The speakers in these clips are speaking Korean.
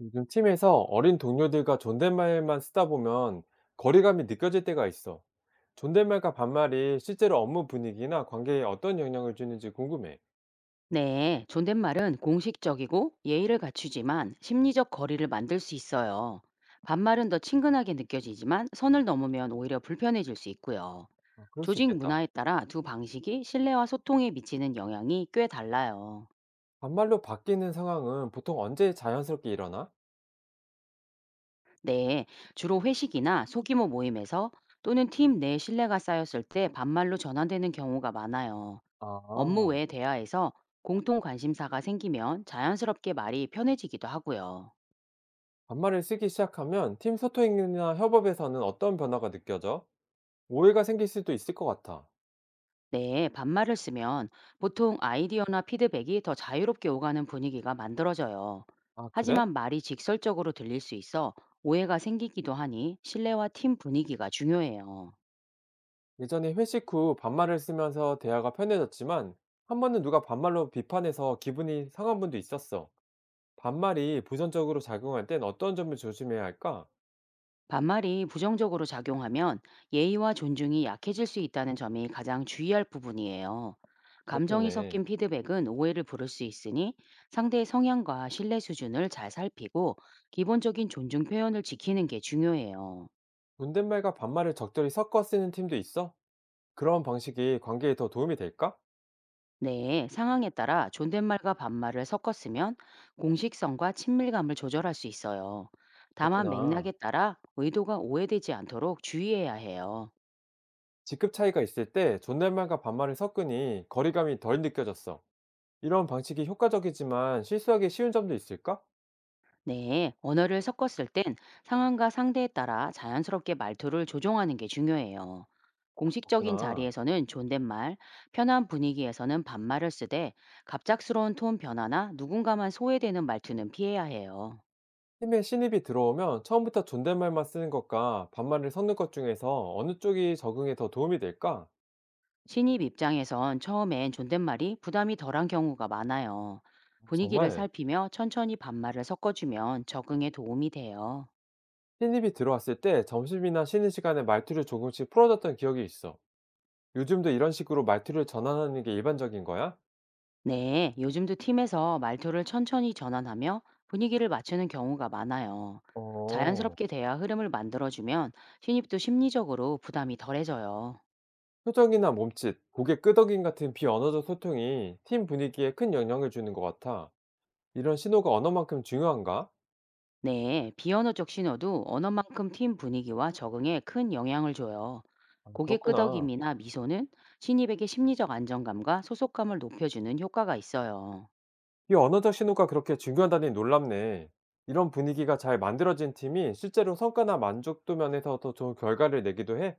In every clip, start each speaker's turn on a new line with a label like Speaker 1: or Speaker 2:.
Speaker 1: 요즘 팀에서 어린 동료들과 존댓말만 쓰다 보면 거리감이 느껴질 때가 있어. 존댓말과 반말이 실제로 업무 분위기나 관계에 어떤 영향을 주는지 궁금해.
Speaker 2: 네, 존댓말은 공식적이고 예의를 갖추지만 심리적 거리를 만들 수 있어요. 반말은 더 친근하게 느껴지지만 선을 넘으면 오히려 불편해질 수 있고요.
Speaker 1: 아, 그럴 수
Speaker 2: 조직
Speaker 1: 있겠다.
Speaker 2: 문화에 따라 두 방식이 신뢰와 소통에 미치는 영향이 꽤 달라요.
Speaker 1: 반말로 바뀌는 상황은 보통 언제 자연스럽게 일어나?
Speaker 2: 네, 주로 회식이나 소규모 모임에서 또는 팀 내 신뢰가 쌓였을 때 반말로 전환되는 경우가 많아요. 업무
Speaker 1: 아,
Speaker 2: 외 대화에서 공통 관심사가 생기면 자연스럽게 말이 편해지기도 하고요.
Speaker 1: 반말을 쓰기 시작하면 팀 소통이나 협업에서는 어떤 변화가 느껴져? 오해가 생길 수도 있을 것 같아.
Speaker 2: 네, 반말을 쓰면 보통 아이디어나 피드백이 더 자유롭게 오가는 분위기가 만들어져요.
Speaker 1: 아, 그래?
Speaker 2: 하지만 말이 직설적으로 들릴 수 있어 오해가 생기기도 하니 신뢰와 팀 분위기가 중요해요.
Speaker 1: 예전에 회식 후 반말을 쓰면서 대화가 편해졌지만 한 번은 누가 반말로 비판해서 기분이 상한 분도 있었어. 반말이 부정적으로 작용할 땐 어떤 점을 조심해야 할까?
Speaker 2: 반말이 부정적으로 작용하면 예의와 존중이 약해질 수 있다는 점이 가장 주의할 부분이에요. 감정이
Speaker 1: 그렇겠네.
Speaker 2: 섞인 피드백은 오해를 부를 수 있으니 상대의 성향과 신뢰 수준을 잘 살피고 기본적인 존중 표현을 지키는 게 중요해요.
Speaker 1: 존댓말과 반말을 적절히 섞어 쓰는 팀도 있어? 그런 방식이 관계에 더 도움이 될까?
Speaker 2: 네, 상황에 따라 존댓말과 반말을 섞어 쓰면 공식성과 친밀감을 조절할 수 있어요. 다만
Speaker 1: 그렇구나.
Speaker 2: 맥락에 따라 의도가 오해되지 않도록 주의해야 해요.
Speaker 1: 직급 차이가 있을 때 존댓말과 반말을 섞으니 거리감이 덜 느껴졌어. 이런 방식이 효과적이지만 실수하기 쉬운 점도 있을까?
Speaker 2: 네, 언어를 섞었을 땐 상황과 상대에 따라 자연스럽게 말투를 조정하는 게 중요해요. 공식적인
Speaker 1: 그렇구나.
Speaker 2: 자리에서는 존댓말, 편한 분위기에서는 반말을 쓰되 갑작스러운 톤 변화나 누군가만 소외되는 말투는 피해야 해요.
Speaker 1: 팀에 신입이 들어오면 처음부터 존댓말만 쓰는 것과 반말을 섞는 것 중에서 어느 쪽이 적응에 더 도움이 될까?
Speaker 2: 신입 입장에선 처음엔 존댓말이 부담이 덜한 경우가 많아요. 분위기를
Speaker 1: 정말
Speaker 2: 살피며 천천히 반말을 섞어주면 적응에 도움이 돼요.
Speaker 1: 신입이 들어왔을 때 점심이나 쉬는 시간에 말투를 조금씩 풀어줬던 기억이 있어. 요즘도 이런 식으로 말투를 전환하는 게 일반적인 거야?
Speaker 2: 네, 요즘도 팀에서 말투를 천천히 전환하며 분위기를 맞추는 경우가 많아요.
Speaker 1: 어.
Speaker 2: 자연스럽게 대화 흐름을 만들어주면 신입도 심리적으로 부담이 덜해져요.
Speaker 1: 표정이나 몸짓, 고개 끄덕임 같은 비언어적 소통이 팀 분위기에 큰 영향을 주는 것 같아. 이런 신호가 언어만큼 중요한가?
Speaker 2: 네, 비언어적 신호도 언어만큼 팀 분위기와 적응에 큰 영향을 줘요.
Speaker 1: 아,
Speaker 2: 고개
Speaker 1: 그렇구나.
Speaker 2: 끄덕임이나 미소는 신입에게 심리적 안정감과 소속감을 높여주는 효과가 있어요.
Speaker 1: 이 언어적 신호가 그렇게 중요하다니 놀랍네. 이런 분위기가 잘 만들어진 팀이 실제로 성과나 만족도 면에서 더 좋은 결과를 내기도 해?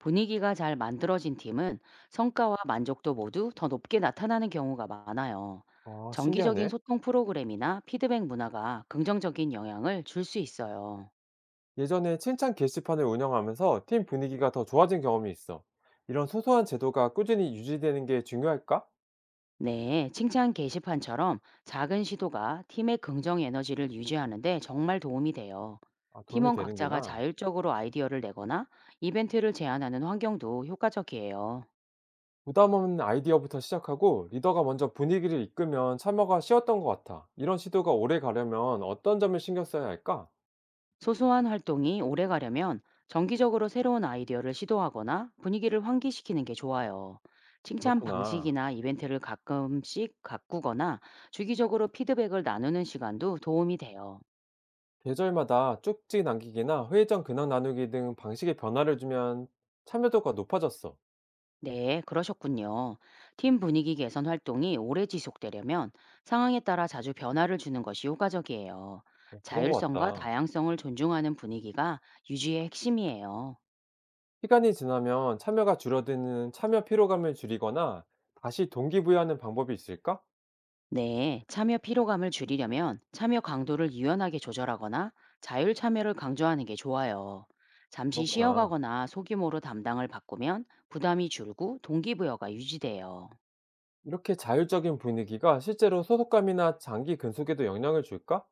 Speaker 2: 분위기가 잘 만들어진 팀은 성과와 만족도 모두 더 높게 나타나는 경우가 많아요.
Speaker 1: 아,
Speaker 2: 정기적인
Speaker 1: 신기하네.
Speaker 2: 소통 프로그램이나 피드백 문화가 긍정적인 영향을 줄 수 있어요.
Speaker 1: 예전에 칭찬 게시판을 운영하면서 팀 분위기가 더 좋아진 경험이 있어. 이런 소소한 제도가 꾸준히 유지되는 게 중요할까?
Speaker 2: 네, 칭찬 게시판처럼 작은 시도가 팀의 긍정 에너지를 유지하는데 정말 도움이 돼요.
Speaker 1: 아, 도움이
Speaker 2: 팀원 각자가
Speaker 1: 되는구나.
Speaker 2: 자율적으로 아이디어를 내거나 이벤트를 제안하는 환경도 효과적이에요.
Speaker 1: 부담 없는 아이디어부터 시작하고 리더가 먼저 분위기를 이끌면 참여가 쉬웠던 것 같아. 이런 시도가 오래 가려면 어떤 점을 신경 써야 할까?
Speaker 2: 소소한 활동이 오래 가려면 정기적으로 새로운 아이디어를 시도하거나 분위기를 환기시키는 게 좋아요. 칭찬
Speaker 1: 그렇구나.
Speaker 2: 방식이나 이벤트를 가끔씩 가꾸거나 주기적으로 피드백을 나누는 시간도 도움이 돼요.
Speaker 1: 계절마다 쪽지 남기기나 회의장 근황 나누기 등 방식의 변화를 주면 참여도가 높아졌어.
Speaker 2: 네, 그러셨군요. 팀 분위기 개선 활동이 오래 지속되려면 상황에 따라 자주 변화를 주는 것이 효과적이에요.
Speaker 1: 어, 그런 것
Speaker 2: 자율성과
Speaker 1: 같다.
Speaker 2: 다양성을 존중하는 분위기가 유지의 핵심이에요.
Speaker 1: 시간이 지나면 참여가 줄어드는 참여 피로감을 줄이거나 다시 동기부여하는 방법이 있을까?
Speaker 2: 네, 참여 피로감을 줄이려면 참여 강도를 유연하게 조절하거나 자율 참여를 강조하는 게 좋아요. 잠시
Speaker 1: 그렇구나.
Speaker 2: 쉬어가거나 소규모로 담당을 바꾸면 부담이 줄고 동기부여가 유지돼요.
Speaker 1: 이렇게 자율적인 분위기가 실제로 소속감이나 장기 근속에도 영향을 줄까?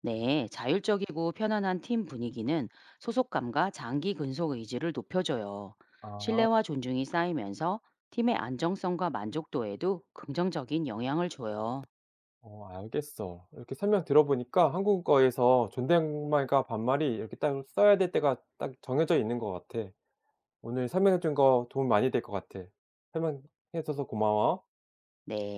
Speaker 2: 네, 자율적이고 편안한 팀 분위기는 소속감과 장기 근속 의지를 높여줘요.
Speaker 1: 아,
Speaker 2: 신뢰와 존중이 쌓이면서 팀의 안정성과 만족도에도 긍정적인 영향을 줘요.
Speaker 1: 어, 알겠어. 이렇게 설명 들어보니까 한국어에서 존댓말과 반말이 이렇게 딱 써야 될 때가 딱 정해져 있는 것 같아. 오늘 설명해준 거 도움 많이 될 것 같아. 설명해줘서 고마워.
Speaker 2: 네.